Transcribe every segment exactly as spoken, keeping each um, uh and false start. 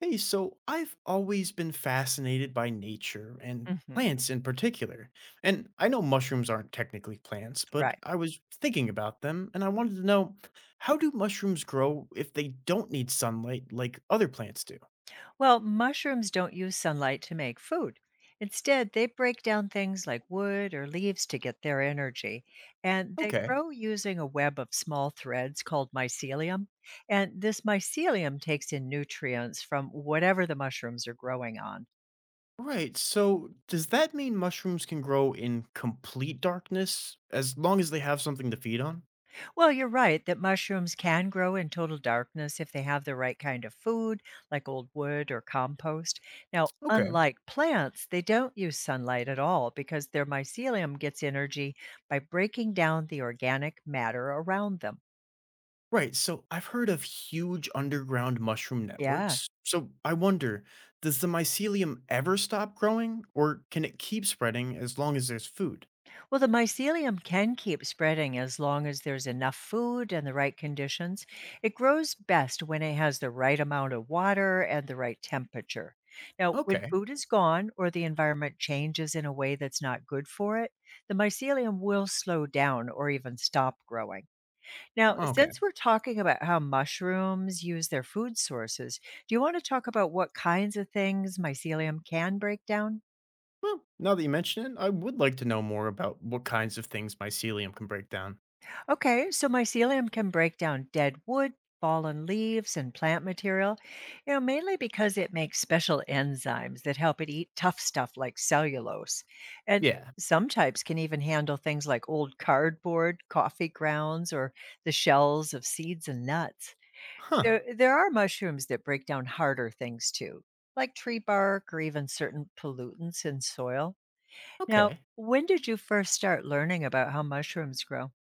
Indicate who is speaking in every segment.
Speaker 1: Hey, so I've always been fascinated by nature and
Speaker 2: Mhm.
Speaker 1: plants in particular. And I know mushrooms aren't technically plants, but
Speaker 2: Right.
Speaker 1: I was thinking about them and I wanted to know, how do mushrooms grow if they don't need sunlight like other plants do?
Speaker 2: Well, mushrooms don't use sunlight to make food. Instead, they break down things like wood or leaves to get their energy. And they
Speaker 1: Okay.
Speaker 2: grow using a web of small threads called mycelium. And this mycelium takes in nutrients from whatever the mushrooms are growing on.
Speaker 1: Right. So does that mean mushrooms can grow in complete darkness as long as they have something to feed on?
Speaker 2: Well, you're right that mushrooms can grow in total darkness if they have the right kind of food, like old wood or compost. Now,
Speaker 1: Okay.
Speaker 2: unlike plants, they don't use sunlight at all because their mycelium gets energy by breaking down the organic matter around them.
Speaker 1: Right, so I've heard of huge underground mushroom
Speaker 2: Yeah.
Speaker 1: networks. So I wonder, does the mycelium ever stop growing, or can it keep spreading as long as there's food?
Speaker 2: Well, the mycelium can keep spreading as long as there's enough food and the right conditions. It grows best when it has the right amount of water and the right temperature. Now, when
Speaker 1: Okay,
Speaker 2: food is gone or the environment changes in a way that's not good for it, the mycelium will slow down or even stop growing. Now, since
Speaker 1: okay.
Speaker 2: we're talking about how mushrooms use their food sources, do you want to talk about what kinds of things mycelium can break down?
Speaker 1: Well, now that you mention it, I would like to know more about what kinds of things mycelium can break down.
Speaker 2: Okay, so mycelium can break down dead wood, fallen leaves, and plant material, you know, mainly because it makes special enzymes that help it eat tough stuff like cellulose. And
Speaker 1: Yeah.
Speaker 2: some types can even handle things like old cardboard, coffee grounds, or the shells of seeds and nuts. So
Speaker 1: Huh.
Speaker 2: there are mushrooms that break down harder things too, like tree bark or even certain pollutants in soil. Now,
Speaker 1: Okay.
Speaker 2: when did you first start learning about how mushrooms grow?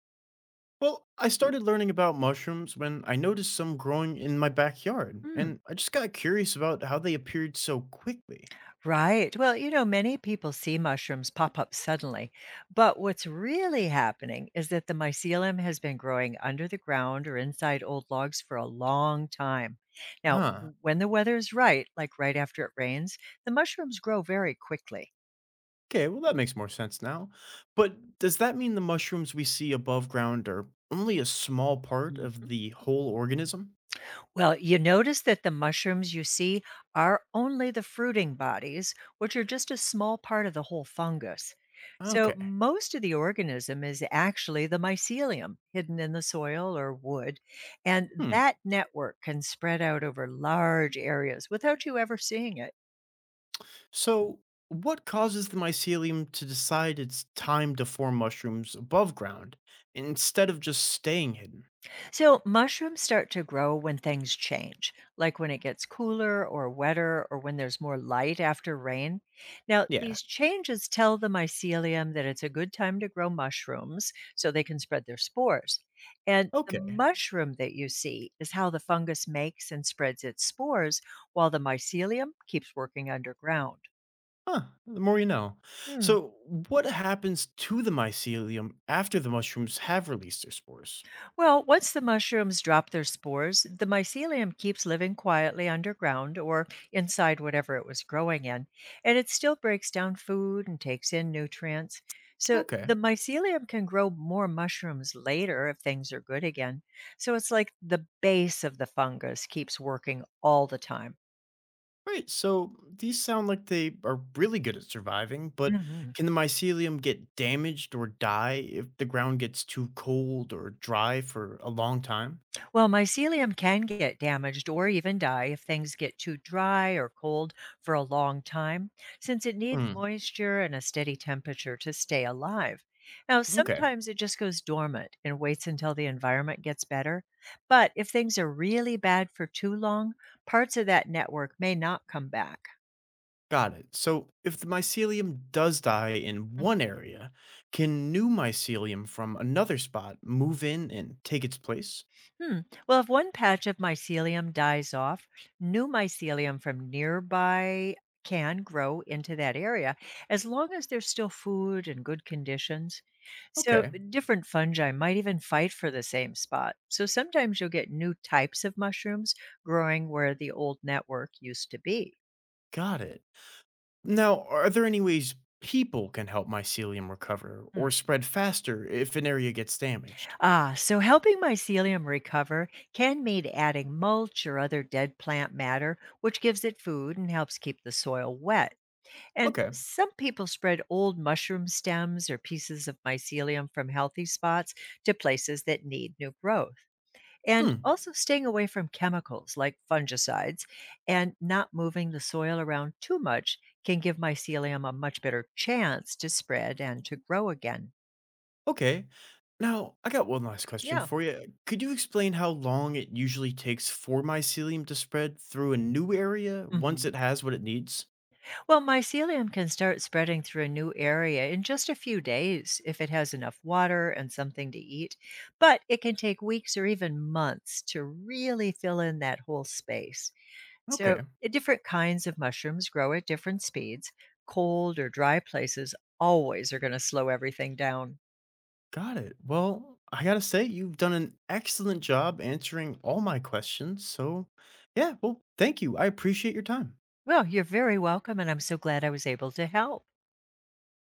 Speaker 1: Well, I started learning about mushrooms when I noticed some growing in my backyard,
Speaker 2: Hmm.
Speaker 1: and I just got curious about how they appeared so quickly.
Speaker 2: Right. Well, you know, many people see mushrooms pop up suddenly, but what's really happening is that the mycelium has been growing under the ground or inside old logs for a long time. Now,
Speaker 1: Huh.
Speaker 2: w- when the weather is right, like right after it rains, the mushrooms grow very quickly.
Speaker 1: Okay, well, that makes more sense now. But does that mean the mushrooms we see above ground are only a small part
Speaker 2: Mm.
Speaker 1: of the whole organism?
Speaker 2: Well, you notice that the mushrooms you see are only the fruiting bodies, which are just a small part of the whole fungus. So,
Speaker 1: Okay.
Speaker 2: most of the organism is actually the mycelium hidden in the soil or wood, and
Speaker 1: Hmm.
Speaker 2: that network can spread out over large areas without you ever seeing it.
Speaker 1: So, what causes the mycelium to decide it's time to form mushrooms above ground instead of just staying hidden?
Speaker 2: So, mushrooms start to grow when things change, like when it gets cooler or wetter or when there's more light after rain. Now,
Speaker 1: Yeah.
Speaker 2: these changes tell the mycelium that it's a good time to grow mushrooms so they can spread their spores. And the
Speaker 1: Okay.
Speaker 2: mushroom that you see is how the fungus makes and spreads its spores while the mycelium keeps working underground.
Speaker 1: Huh. The more you know.
Speaker 2: Hmm.
Speaker 1: So, what happens to the mycelium after the mushrooms have released their spores?
Speaker 2: Well, once the mushrooms drop their spores, the mycelium keeps living quietly underground or inside whatever it was growing in, and it still breaks down food and takes in nutrients. So
Speaker 1: Okay.
Speaker 2: the mycelium can grow more mushrooms later if things are good again. So it's like the base of the fungus keeps working all the time.
Speaker 1: Right, so these sound like they are really good at surviving, but
Speaker 2: Hmm.
Speaker 1: can the mycelium get damaged or die if the ground gets too cold or dry for a long time?
Speaker 2: Well, mycelium can get damaged or even die if things get too dry or cold for a long time, since it needs
Speaker 1: Hmm,
Speaker 2: moisture and a steady temperature to stay alive. Now,
Speaker 1: okay,
Speaker 2: sometimes it just goes dormant and waits until the environment gets better. But if things are really bad for too long, parts of that network may not come back.
Speaker 1: got it. So if the mycelium does die in one area, can new mycelium from another spot move in and take its place?
Speaker 2: Hmm. Well, if one patch of mycelium dies off, new mycelium from nearby can grow into that area as long as there's still food and good conditions. So,
Speaker 1: Okay,
Speaker 2: different fungi might even fight for the same spot. So, sometimes you'll get new types of mushrooms growing where the old network used to be.
Speaker 1: got it. Now, are there any ways people can help mycelium recover
Speaker 2: Hmm.
Speaker 1: or spread faster if an area gets damaged?
Speaker 2: Ah, so helping mycelium recover can mean adding mulch or other dead plant matter, which gives it food and helps keep the soil wet. And
Speaker 1: Okay,
Speaker 2: some people spread old mushroom stems or pieces of mycelium from healthy spots to places that need new growth. And
Speaker 1: hmm.
Speaker 2: also staying away from chemicals like fungicides and not moving the soil around too much can give mycelium a much better chance to spread and to grow again.
Speaker 1: Okay. Now, I got one last question
Speaker 2: Yeah.
Speaker 1: for you. Could you explain how long it usually takes for mycelium to spread through a new area once
Speaker 2: Mhm.
Speaker 1: it has what it needs?
Speaker 2: Well, mycelium can start spreading through a new area in just a few days if it has enough water and something to eat, but it can take weeks or even months to really fill in that whole space. So,
Speaker 1: Okay,
Speaker 2: uh, different kinds of mushrooms grow at different speeds. Cold or dry places always are going to slow everything down.
Speaker 1: got it. Well, I gotta say, you've done an excellent job answering all my questions. So, yeah, well, thank you. I appreciate your time.
Speaker 2: Well, you're very welcome, and I'm so glad I was able to help.